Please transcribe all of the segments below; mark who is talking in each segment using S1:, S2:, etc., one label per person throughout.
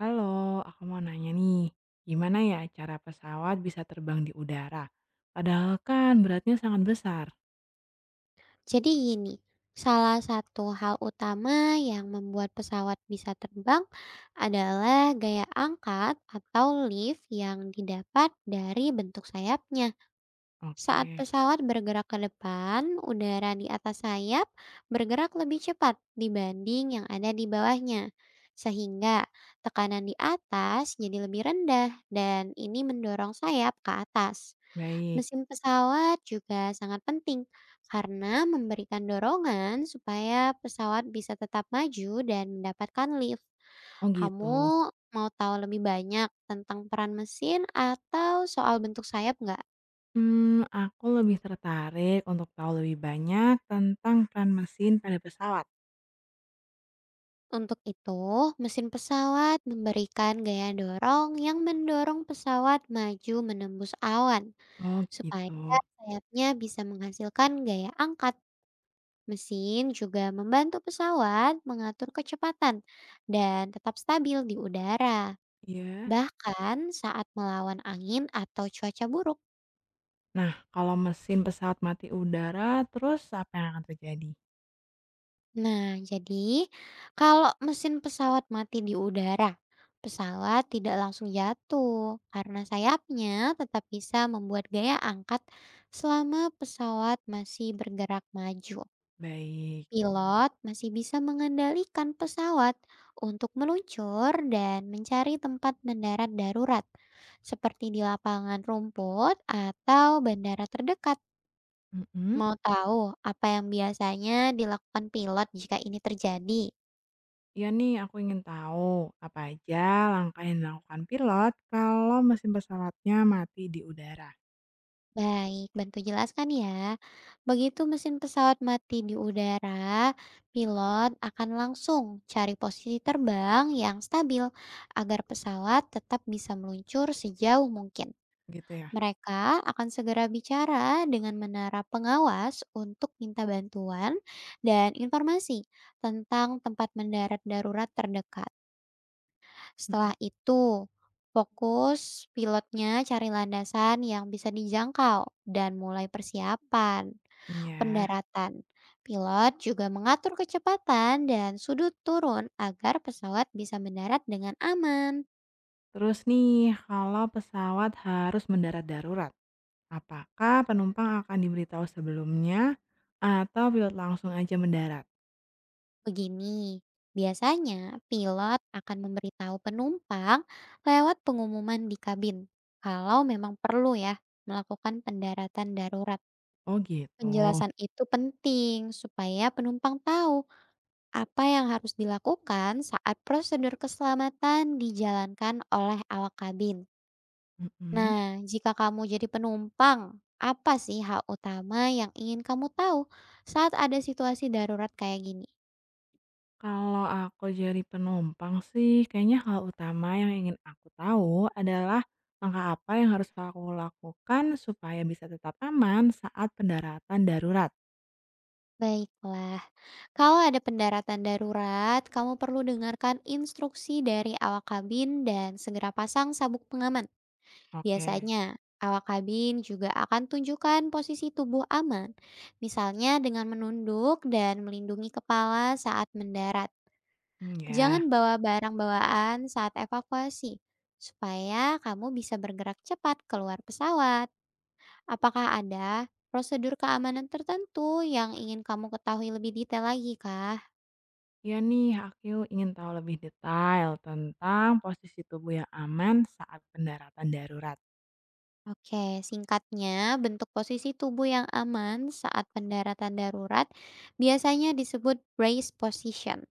S1: Halo, aku mau nanya nih, gimana ya cara pesawat bisa terbang di udara? Padahal kan beratnya sangat besar.
S2: Jadi gini, salah satu hal utama yang membuat pesawat bisa terbang adalah gaya angkat atau lift yang didapat dari bentuk sayapnya. Saat
S1: Oke,
S2: pesawat bergerak ke depan, udara di atas sayap bergerak lebih cepat dibanding yang ada di bawahnya. Sehingga tekanan di atas jadi lebih rendah dan ini mendorong sayap ke atas.
S1: baik.
S2: Mesin pesawat juga sangat penting karena memberikan dorongan supaya pesawat bisa tetap maju dan mendapatkan lift.
S1: Oh gitu.
S2: Kamu mau tahu lebih banyak tentang peran mesin atau soal bentuk sayap nggak?
S1: Aku lebih tertarik untuk tahu lebih banyak tentang peran mesin pada pesawat.
S2: Untuk itu, mesin pesawat memberikan gaya dorong yang mendorong pesawat maju menembus awan
S1: Oh
S2: supaya
S1: gitu.
S2: sayapnya bisa menghasilkan gaya angkat. Mesin juga membantu pesawat mengatur kecepatan dan tetap stabil di udara,
S1: Iya.
S2: bahkan saat melawan angin atau cuaca buruk.
S1: Nah, kalau mesin pesawat mati udara, terus apa yang akan terjadi?
S2: Nah, jadi kalau mesin pesawat mati di udara, pesawat tidak langsung jatuh karena sayapnya tetap bisa membuat gaya angkat selama pesawat masih bergerak maju.
S1: Baik.
S2: Pilot masih bisa mengendalikan pesawat untuk meluncur dan mencari tempat mendarat darurat, seperti di lapangan rumput atau bandara terdekat.
S1: Mm-mm.
S2: Mau tahu apa yang biasanya dilakukan pilot jika ini terjadi?
S1: Iya nih, aku ingin tahu apa aja langkah yang dilakukan pilot kalau mesin pesawatnya mati di udara,
S2: Baik, bantu jelaskan ya. Begitu mesin pesawat mati di udara, pilot akan langsung cari posisi terbang yang stabil agar pesawat tetap bisa meluncur sejauh mungkin.
S1: gitu ya?
S2: Mereka akan segera bicara dengan menara pengawas untuk minta bantuan dan informasi tentang tempat mendarat darurat terdekat.
S1: mm
S2: Setelah itu, fokus pilotnya cari landasan yang bisa dijangkau dan mulai persiapan
S1: Ya,
S2: pendaratan. Pilot juga mengatur kecepatan dan sudut turun agar pesawat bisa mendarat dengan aman.
S1: terus nih kalau pesawat harus mendarat darurat, apakah penumpang akan diberitahu sebelumnya atau pilot langsung aja mendarat?
S2: Begini, biasanya pilot akan memberitahu penumpang lewat pengumuman di kabin kalau memang perlu ya melakukan pendaratan darurat.
S1: Oh gitu.
S2: Penjelasan itu penting supaya penumpang tahu apa yang harus dilakukan saat prosedur keselamatan dijalankan oleh awak kabin.
S1: Mm-mm.
S2: Nah, jika kamu jadi penumpang, apa sih hal utama yang ingin kamu tahu saat ada situasi darurat kayak gini?
S1: Kalau aku jadi penumpang sih, kayaknya hal utama yang ingin aku tahu adalah langkah apa yang harus aku lakukan supaya bisa tetap aman saat pendaratan darurat.
S2: Baiklah. Kalau ada pendaratan darurat, kamu perlu dengarkan instruksi dari awak kabin dan segera pasang sabuk pengaman.
S1: Oke,
S2: Biasanya, awak kabin juga akan tunjukkan posisi tubuh aman, misalnya dengan menunduk dan melindungi kepala saat mendarat. Jangan
S1: ya.
S2: bawa barang bawaan saat evakuasi, supaya kamu bisa bergerak cepat keluar pesawat. Apakah ada prosedur keamanan tertentu yang ingin kamu ketahui lebih detail lagi, Kak?
S1: Ya nih, aku ingin tahu lebih detail tentang posisi tubuh yang aman saat pendaratan darurat.
S2: Oke, singkatnya, bentuk posisi tubuh yang aman saat pendaratan darurat biasanya disebut brace position.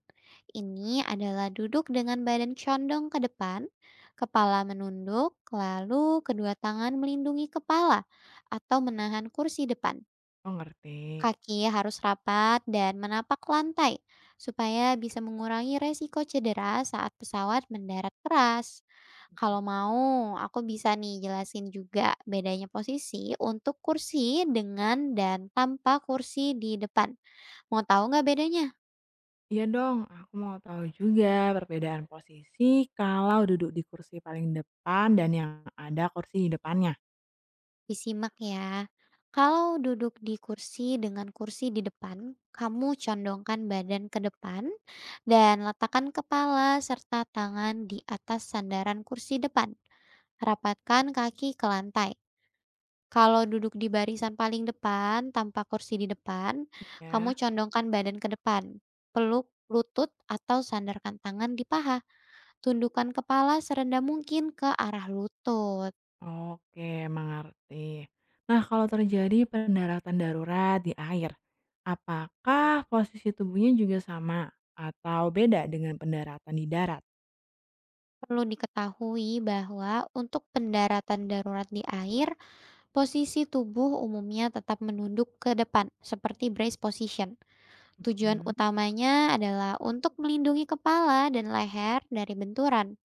S2: Ini adalah duduk dengan badan condong ke depan, kepala menunduk, lalu kedua tangan melindungi kepala atau menahan kursi depan.
S1: Oh, ngerti.
S2: Kaki harus rapat dan menapak lantai supaya bisa mengurangi resiko cedera saat pesawat mendarat keras. Kalau mau, aku bisa nih jelasin juga bedanya posisi untuk kursi dengan dan tanpa kursi di depan. Mau tahu nggak bedanya?
S1: Iya dong, aku mau tahu juga perbedaan posisi kalau duduk di kursi paling depan dan yang ada kursi di depannya.
S2: Disimak ya. Kalau duduk di kursi dengan kursi di depan, kamu condongkan badan ke depan dan letakkan kepala serta tangan di atas sandaran kursi depan. Rapatkan kaki ke lantai. Kalau duduk di barisan paling depan tanpa kursi di depan, kamu
S1: Ya.
S2: condongkan badan ke depan. Peluk lutut atau sandarkan tangan di paha. Tundukkan kepala serendah mungkin ke arah lutut.
S1: Oke, mengerti. Nah, kalau terjadi pendaratan darurat di air, apakah posisi tubuhnya juga sama atau beda dengan pendaratan di darat?
S2: Perlu diketahui bahwa untuk pendaratan darurat di air, posisi tubuh umumnya tetap menunduk ke depan, seperti brace position. Tujuan
S1: Mhm.
S2: utamanya adalah untuk melindungi kepala dan leher dari benturan.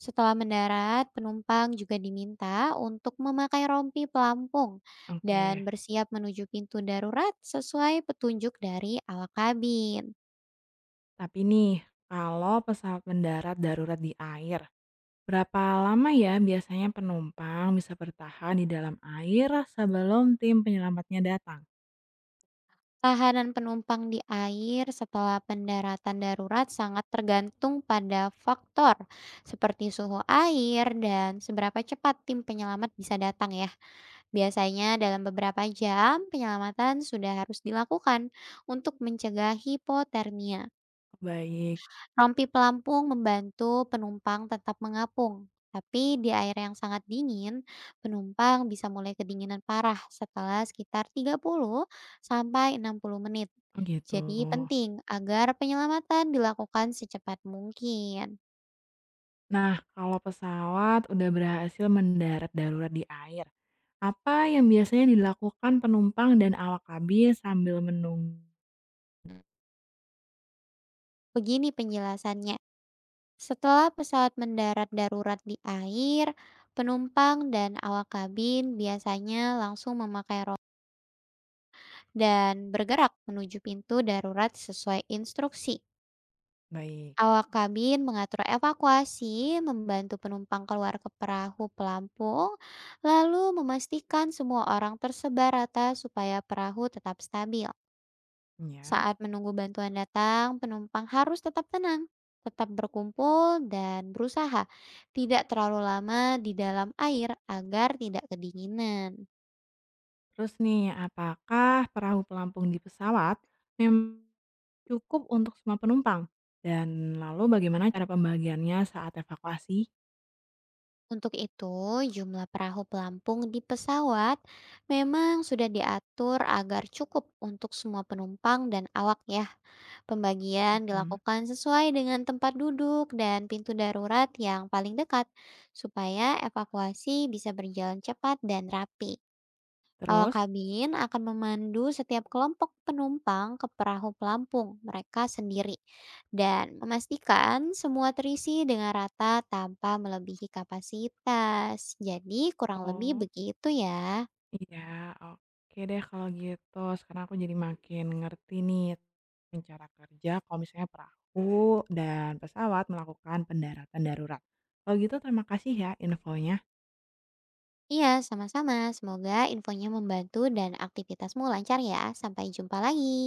S2: Setelah mendarat, penumpang juga diminta untuk memakai rompi pelampung dan
S1: Oke,
S2: bersiap menuju pintu darurat sesuai petunjuk dari awak kabin.
S1: tapi nih, kalau pesawat mendarat darurat di air, berapa lama ya biasanya penumpang bisa bertahan di dalam air sebelum tim penyelamatnya datang?
S2: Tahanan penumpang di air setelah pendaratan darurat sangat tergantung pada faktor seperti suhu air dan seberapa cepat tim penyelamat bisa datang ya. Biasanya dalam beberapa jam penyelamatan sudah harus dilakukan untuk mencegah hipotermia.
S1: Baik.
S2: Rompi pelampung membantu penumpang tetap mengapung, tapi di air yang sangat dingin, penumpang bisa mulai kedinginan parah setelah sekitar 30 sampai 60 menit.
S1: Oh gitu.
S2: Jadi penting agar penyelamatan dilakukan secepat mungkin.
S1: Nah, kalau pesawat udah berhasil mendarat darurat di air, apa yang biasanya dilakukan penumpang dan awak kabin sambil menunggu
S2: Begini penjelasannya. Setelah pesawat mendarat darurat di air, penumpang dan awak kabin biasanya langsung memakai rompi dan bergerak menuju pintu darurat sesuai instruksi.
S1: baiknya?
S2: Awak kabin mengatur evakuasi, membantu penumpang keluar ke perahu pelampung, lalu memastikan semua orang tersebar rata supaya perahu tetap stabil. Saat menunggu bantuan datang, penumpang harus tetap tenang, tetap berkumpul, dan berusaha tidak terlalu lama di dalam air agar tidak kedinginan.
S1: Terus nih, apakah perahu pelampung di pesawat memang cukup untuk semua penumpang? Dan lalu bagaimana cara pembagiannya saat evakuasi?
S2: Untuk itu, jumlah perahu pelampung di pesawat memang sudah diatur agar cukup untuk semua penumpang dan awak ya. Pembagian
S1: Mm-mm.
S2: dilakukan sesuai dengan tempat duduk dan pintu darurat yang paling dekat, supaya evakuasi bisa berjalan cepat dan rapi. Awak
S1: Terus?
S2: kabin akan memandu setiap kelompok penumpang ke perahu pelampung mereka sendiri dan memastikan semua terisi dengan rata tanpa melebihi kapasitas. Jadi kurang lebih
S1: Oh.
S2: begitu ya.
S1: Iya, oke deh kalau gitu. Sekarang aku jadi makin ngerti nih cara kerja kalau misalnya perahu dan pesawat melakukan pendaratan darurat. Kalau gitu terima kasih ya infonya.
S2: Iya, sama-sama. Semoga infonya membantu dan aktivitasmu lancar ya. Sampai jumpa lagi.